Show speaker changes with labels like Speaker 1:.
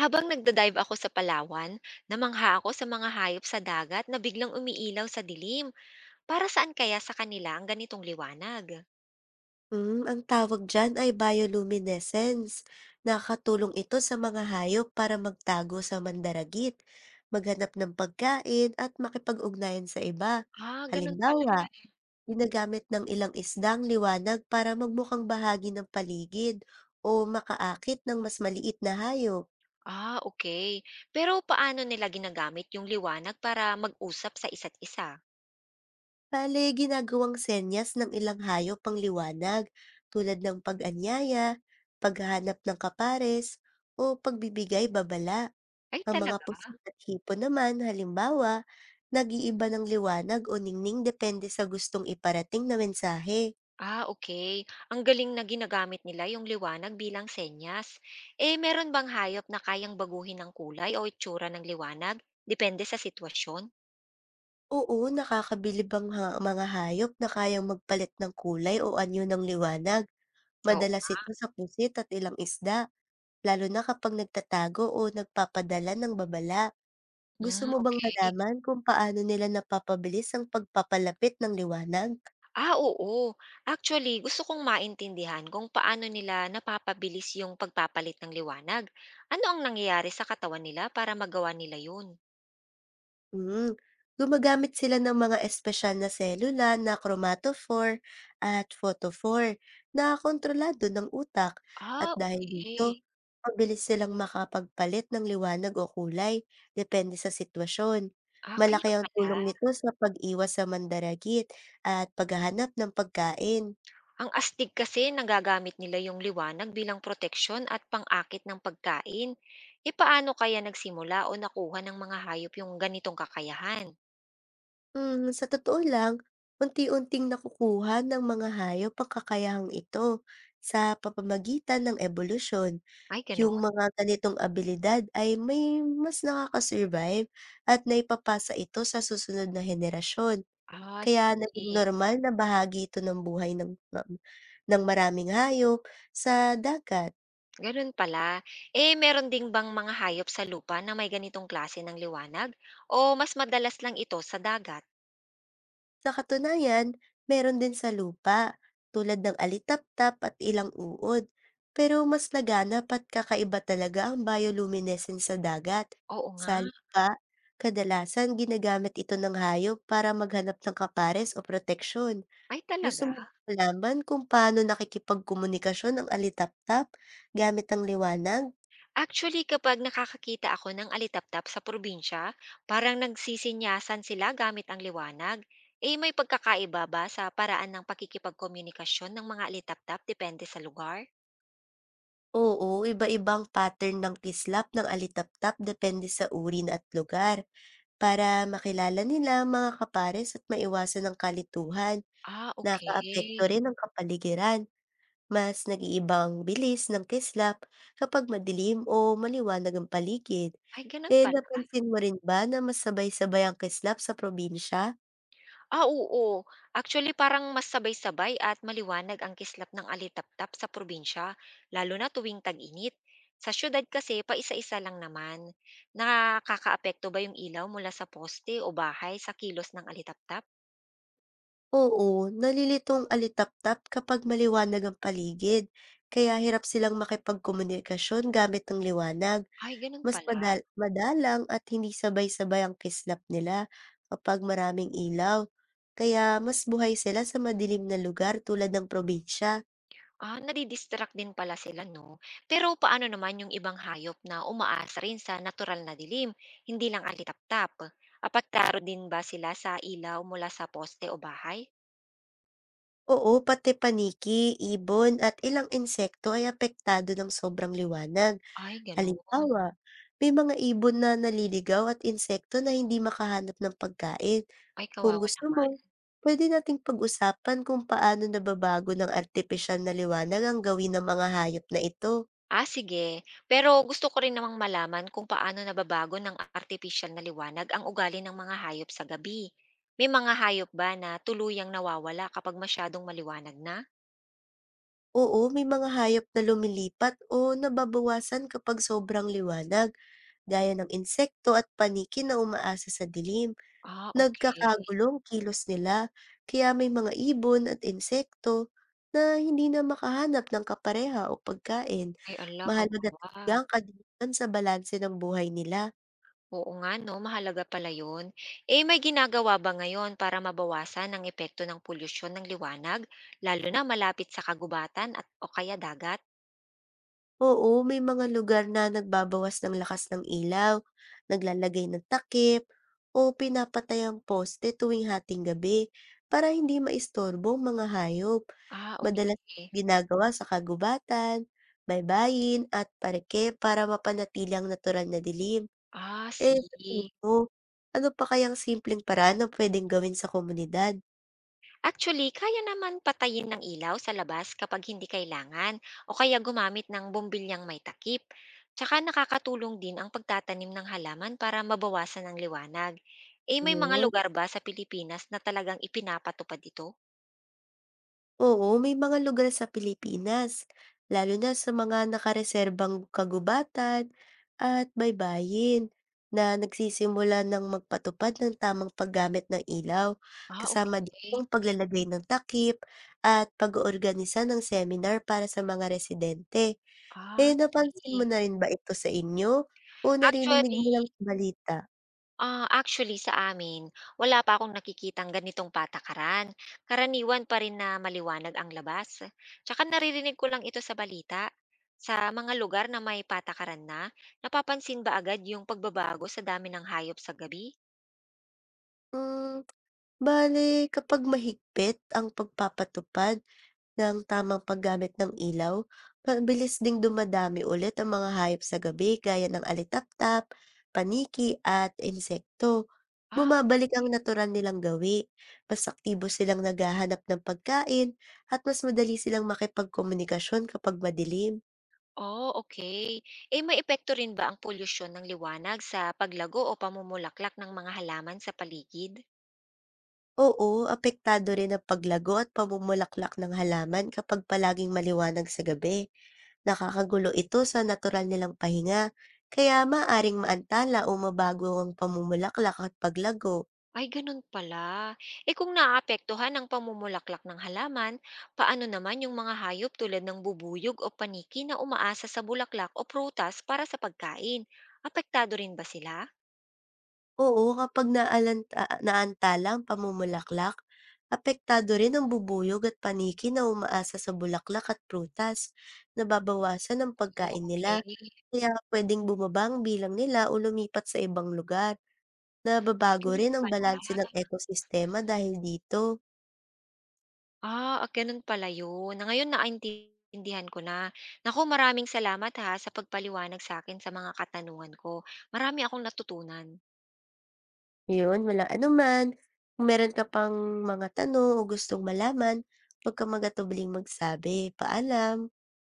Speaker 1: Habang nagda ako sa Palawan, namangha ako sa mga hayop sa dagat na biglang umiilaw sa dilim. Para saan kaya sa kanila ang ganitong liwanag?
Speaker 2: Hmm, ang tawag diyan ay bioluminescence. Nakakatulong ito sa mga hayop para magtago sa mandaragit, maghanap ng pagkain at makipag-ugnayan sa iba.
Speaker 1: Ah, ganun pala.
Speaker 2: Halimbawa, ginagamit ng ilang isdang liwanag para magmukhang bahagi ng paligid o makaakit ng mas maliit na hayop.
Speaker 1: Ah, okay. Pero paano nila ginagamit yung liwanag para mag-usap sa isa't isa?
Speaker 2: Bale, ginagawang senyas ng ilang hayop ang liwanag tulad ng pag-anyaya, paghahanap ng kapares, o pagbibigay babala.
Speaker 1: Ay,
Speaker 2: Ang mga
Speaker 1: talaga?
Speaker 2: pusit at hipon naman, halimbawa, nag-iiba ng liwanag o ningning depende sa gustong iparating na mensahe.
Speaker 1: Ah, okay. Ang galing na ginagamit nila yung liwanag bilang senyas. Eh, meron bang hayop na kayang baguhin ng kulay o itsura ng liwanag? Depende sa sitwasyon?
Speaker 2: Oo, nakakabilib ang mga hayop na kayang magpalit ng kulay o anyo ng liwanag.
Speaker 1: Oo.
Speaker 2: Madalas ito sa pusit at ilang isda, lalo na kapag nagtatago o nagpapadala ng babala. Gusto
Speaker 1: Mm,
Speaker 2: mo bang
Speaker 1: okay.
Speaker 2: malaman kung paano nila napapabilis ang pagpapalapit ng liwanag?
Speaker 1: Ah, oo. Actually, gusto kong maintindihan kung paano nila napapabilis yung pagpapalit ng liwanag. Ano ang nangyayari sa katawan nila para magawa nila yun?
Speaker 2: Hmm, gumagamit sila ng mga espesyal na selula na chromatophore at photophore na kontrolado ng utak at
Speaker 1: Ah,
Speaker 2: dahil
Speaker 1: okay.
Speaker 2: dito, mabilis silang makapagpalit ng liwanag o kulay depende sa sitwasyon.
Speaker 1: Ah, kaya
Speaker 2: Malaki ang tulong
Speaker 1: pala.
Speaker 2: nito sa pag-iwas sa mandaragit at paghahanap ng pagkain.
Speaker 1: Ang astig kasi nagagamit nila yung liwanag bilang proteksyon at pang-akit ng pagkain. E paano kaya nagsimula o nakuha ng mga hayop yung ganitong kakayahan?
Speaker 2: Hmm, sa totoo lang, unti-unting nakukuha ng mga hayop ang kakayahang ito sa papamagitan ng ebolusyon.
Speaker 1: Ay,
Speaker 2: Yung
Speaker 1: ganun.
Speaker 2: mga ganitong abilidad ay may mas nakaka-survive at naipapasa ito sa susunod na henerasyon.
Speaker 1: Ah,
Speaker 2: Kaya naging
Speaker 1: sige.
Speaker 2: normal na bahagi ito ng buhay ng maraming hayop sa dagat.
Speaker 1: Gano'n pala. Eh, meron ding bang mga hayop sa lupa na may ganitong klase ng liwanag? O mas madalas lang ito sa dagat?
Speaker 2: Sa katunayan, meron din sa lupa, tulad ng alitaptap at ilang uod. Pero mas laganap at kakaiba talaga ang bioluminescence sa dagat.
Speaker 1: Oo nga.
Speaker 2: Sa lupa, kadalasan ginagamit ito ng hayop para maghanap ng kapares o proteksyon.
Speaker 1: Ay,
Speaker 2: Gusto
Speaker 1: talaga?
Speaker 2: mo ba malaman kung paano nakikipagkomunikasyon ang alitaptap gamit ang liwanag?
Speaker 1: Actually, kapag nakakakita ako ng alitaptap sa probinsya, parang nagsisinyasan sila gamit ang liwanag. Eh, may pagkakaiba ba sa paraan ng pakikipagkomunikasyon ng mga alitaptap depende sa lugar?
Speaker 2: Oo, iba-ibang pattern ng kislap ng alitaptap depende sa uri na at lugar. Para makilala nila ang mga kapares at maiwasan ang kalituhan.
Speaker 1: Ah,
Speaker 2: Nakaapekto
Speaker 1: okay.
Speaker 2: rin ang kapaligiran. Mas nag-iiba ang bilis ng kislap kapag madilim o maliwanag ang paligid.
Speaker 1: Ay, ganun
Speaker 2: Eh,
Speaker 1: pala.
Speaker 2: napansin mo rin ba na mas sabay-sabay ang kislap sa probinsya?
Speaker 1: Ah, oo. Actually, parang mas sabay-sabay at maliwanag ang kislap ng alitaptap sa probinsya, lalo na tuwing tag-init. Sa syudad kasi, paisa-isa lang naman. Nakakaapekto ba yung ilaw mula sa poste o bahay sa kilos ng alitaptap?
Speaker 2: Oo, nalilitong alitap-tap kapag maliwanag ang paligid. Kaya hirap silang makipagkomunikasyon gamit ng liwanag.
Speaker 1: Ay, ganun
Speaker 2: Mas
Speaker 1: pala.
Speaker 2: madal madalang at hindi sabay-sabay ang kislap nila kapag maraming ilaw, kaya mas buhay sila sa madilim na lugar tulad ng probinsya.
Speaker 1: Ah, nadidistract din pala sila, no? Pero paano naman yung ibang hayop na umaasa rin sa natural na dilim, hindi lang alitaptap? Apaktaro din ba sila sa ilaw mula sa poste o bahay?
Speaker 2: Oo, pati paniki, ibon at ilang insekto ay apektado ng sobrang liwanag.
Speaker 1: Ay, ganun.
Speaker 2: Halimbawa, may mga ibon na naliligaw at insekto na hindi makahanap ng pagkain.
Speaker 1: Ay,
Speaker 2: Kung
Speaker 1: kawawa
Speaker 2: gusto mo,
Speaker 1: naman.
Speaker 2: pwede nating pag-usapan kung paano nababago ng artipisyal na liwanag ang gawin ng mga hayop na ito.
Speaker 1: Ah, sige. Pero gusto ko rin namang malaman kung paano nababago ng artificial na liwanag ang ugali ng mga hayop sa gabi. May mga hayop ba na tuluyang nawawala kapag masyadong maliwanag na?
Speaker 2: Oo, may mga hayop na lumilipat o nababawasan kapag sobrang liwanag, gaya ng insekto at paniki na umaasa sa dilim.
Speaker 1: Ah, okay.
Speaker 2: Nagkakagulong kilos nila, kaya may mga ibon at insekto na hindi na makahanap ng kapareha o pagkain.
Speaker 1: Ay, ala,
Speaker 2: Mahalaga talaga
Speaker 1: kawawa.
Speaker 2: ang kadiliman sa balanse ng buhay nila.
Speaker 1: Oo nga, no? Mahalaga pala yun. Eh, may ginagawa ba ngayon para mabawasan ang epekto ng polusyon ng liwanag, lalo na malapit sa kagubatan at o kaya dagat?
Speaker 2: Oo, may mga lugar na nagbabawas ng lakas ng ilaw, naglalagay ng takip, o pinapatay ang poste tuwing hating gabi para hindi maistorbo ang mga hayop.
Speaker 1: Ah,
Speaker 2: Madalas
Speaker 1: okay.
Speaker 2: ginagawa sa kagubatan, baybayin, at parke para mapanatili ang natural na dilim.
Speaker 1: Ah,
Speaker 2: Eh, sa tingin
Speaker 1: sige.
Speaker 2: mo, ano pa kayang simpleng paraan na pwedeng gawin sa komunidad?
Speaker 1: Actually, kaya naman patayin ng ilaw sa labas kapag hindi kailangan o kaya gumamit ng bumbilyang may takip. Tsaka nakakatulong din ang pagtatanim ng halaman para mabawasan ang liwanag. Eh may mga
Speaker 2: Ayun.
Speaker 1: lugar ba sa Pilipinas na talagang ipinapatupad ito?
Speaker 2: Oo, may mga lugar sa Pilipinas, lalo na sa mga nakareserbang kagubatan at baybayin na nagsisimula ng magpatupad ng tamang paggamit ng ilaw,
Speaker 1: Ah,
Speaker 2: kasama din
Speaker 1: okay.
Speaker 2: ang paglalagay ng takip at pag-oorganisa ng seminar para sa mga residente.
Speaker 1: Ah,
Speaker 2: Eh, napansin mo
Speaker 1: sige.
Speaker 2: na rin ba ito sa inyo o naririnig mo lang
Speaker 1: Actually,
Speaker 2: sa balita?
Speaker 1: actually, sa amin, wala pa akong nakikitang ganitong patakaran. Karaniwan pa rin na maliwanag ang labas. Tsaka naririnig ko lang ito sa balita. Sa mga lugar na may patakaran na, napapansin ba agad yung pagbabago sa dami ng hayop sa gabi?
Speaker 2: Hmm, bale, kapag mahigpit ang pagpapatupad, ng tamang paggamit ng ilaw, mabilis ding dumadami ulit ang mga hayop sa gabi gaya ng alitaptap, paniki at insekto.
Speaker 1: Ah,
Speaker 2: Bumabalik ang natural nilang gawi, mas aktibo silang naghahanap ng pagkain at mas madali silang makipagkomunikasyon kapag madilim.
Speaker 1: oh, okay. Eh, may epekto rin ba ang polusyon ng liwanag sa paglago o pamumulaklak ng mga halaman sa paligid?
Speaker 2: Oo, apektado rin ang paglago at pamumulaklak ng halaman kapag palaging maliwanag sa gabi. Nakakagulo ito sa natural nilang pahinga, kaya maaring maantala o mabago ang pamumulaklak at paglago.
Speaker 1: Ay, ganun pala. Eh kung naapektuhan ang pamumulaklak ng halaman, paano naman yung mga hayop tulad ng bubuyog o paniki na umaasa sa bulaklak o prutas para sa pagkain? Apektado rin ba sila?
Speaker 2: Oo, kapag naalanta, naantala ang pamumulaklak, apektado rin ang bubuyog at paniki na umaasa sa bulaklak at prutas, nababawasan ang
Speaker 1: Oh,
Speaker 2: pagkain nila,
Speaker 1: okay.
Speaker 2: kaya pwedeng bumaba ang bilang nila o lumipat sa ibang lugar. Nababago
Speaker 1: Ganun
Speaker 2: rin ang
Speaker 1: pala.
Speaker 2: balanse ng ekosistema dahil dito.
Speaker 1: Ganun pala yun. Na ngayon naintindihan ko na. Naku, maraming salamat ha sa pagpaliwanag sa akin sa mga katanungan ko. Marami akong natutunan.
Speaker 2: Yun, walang anuman. Kung meron ka pang mga tanong o gustong malaman, huwag kang magatubling magsabi. Paalam.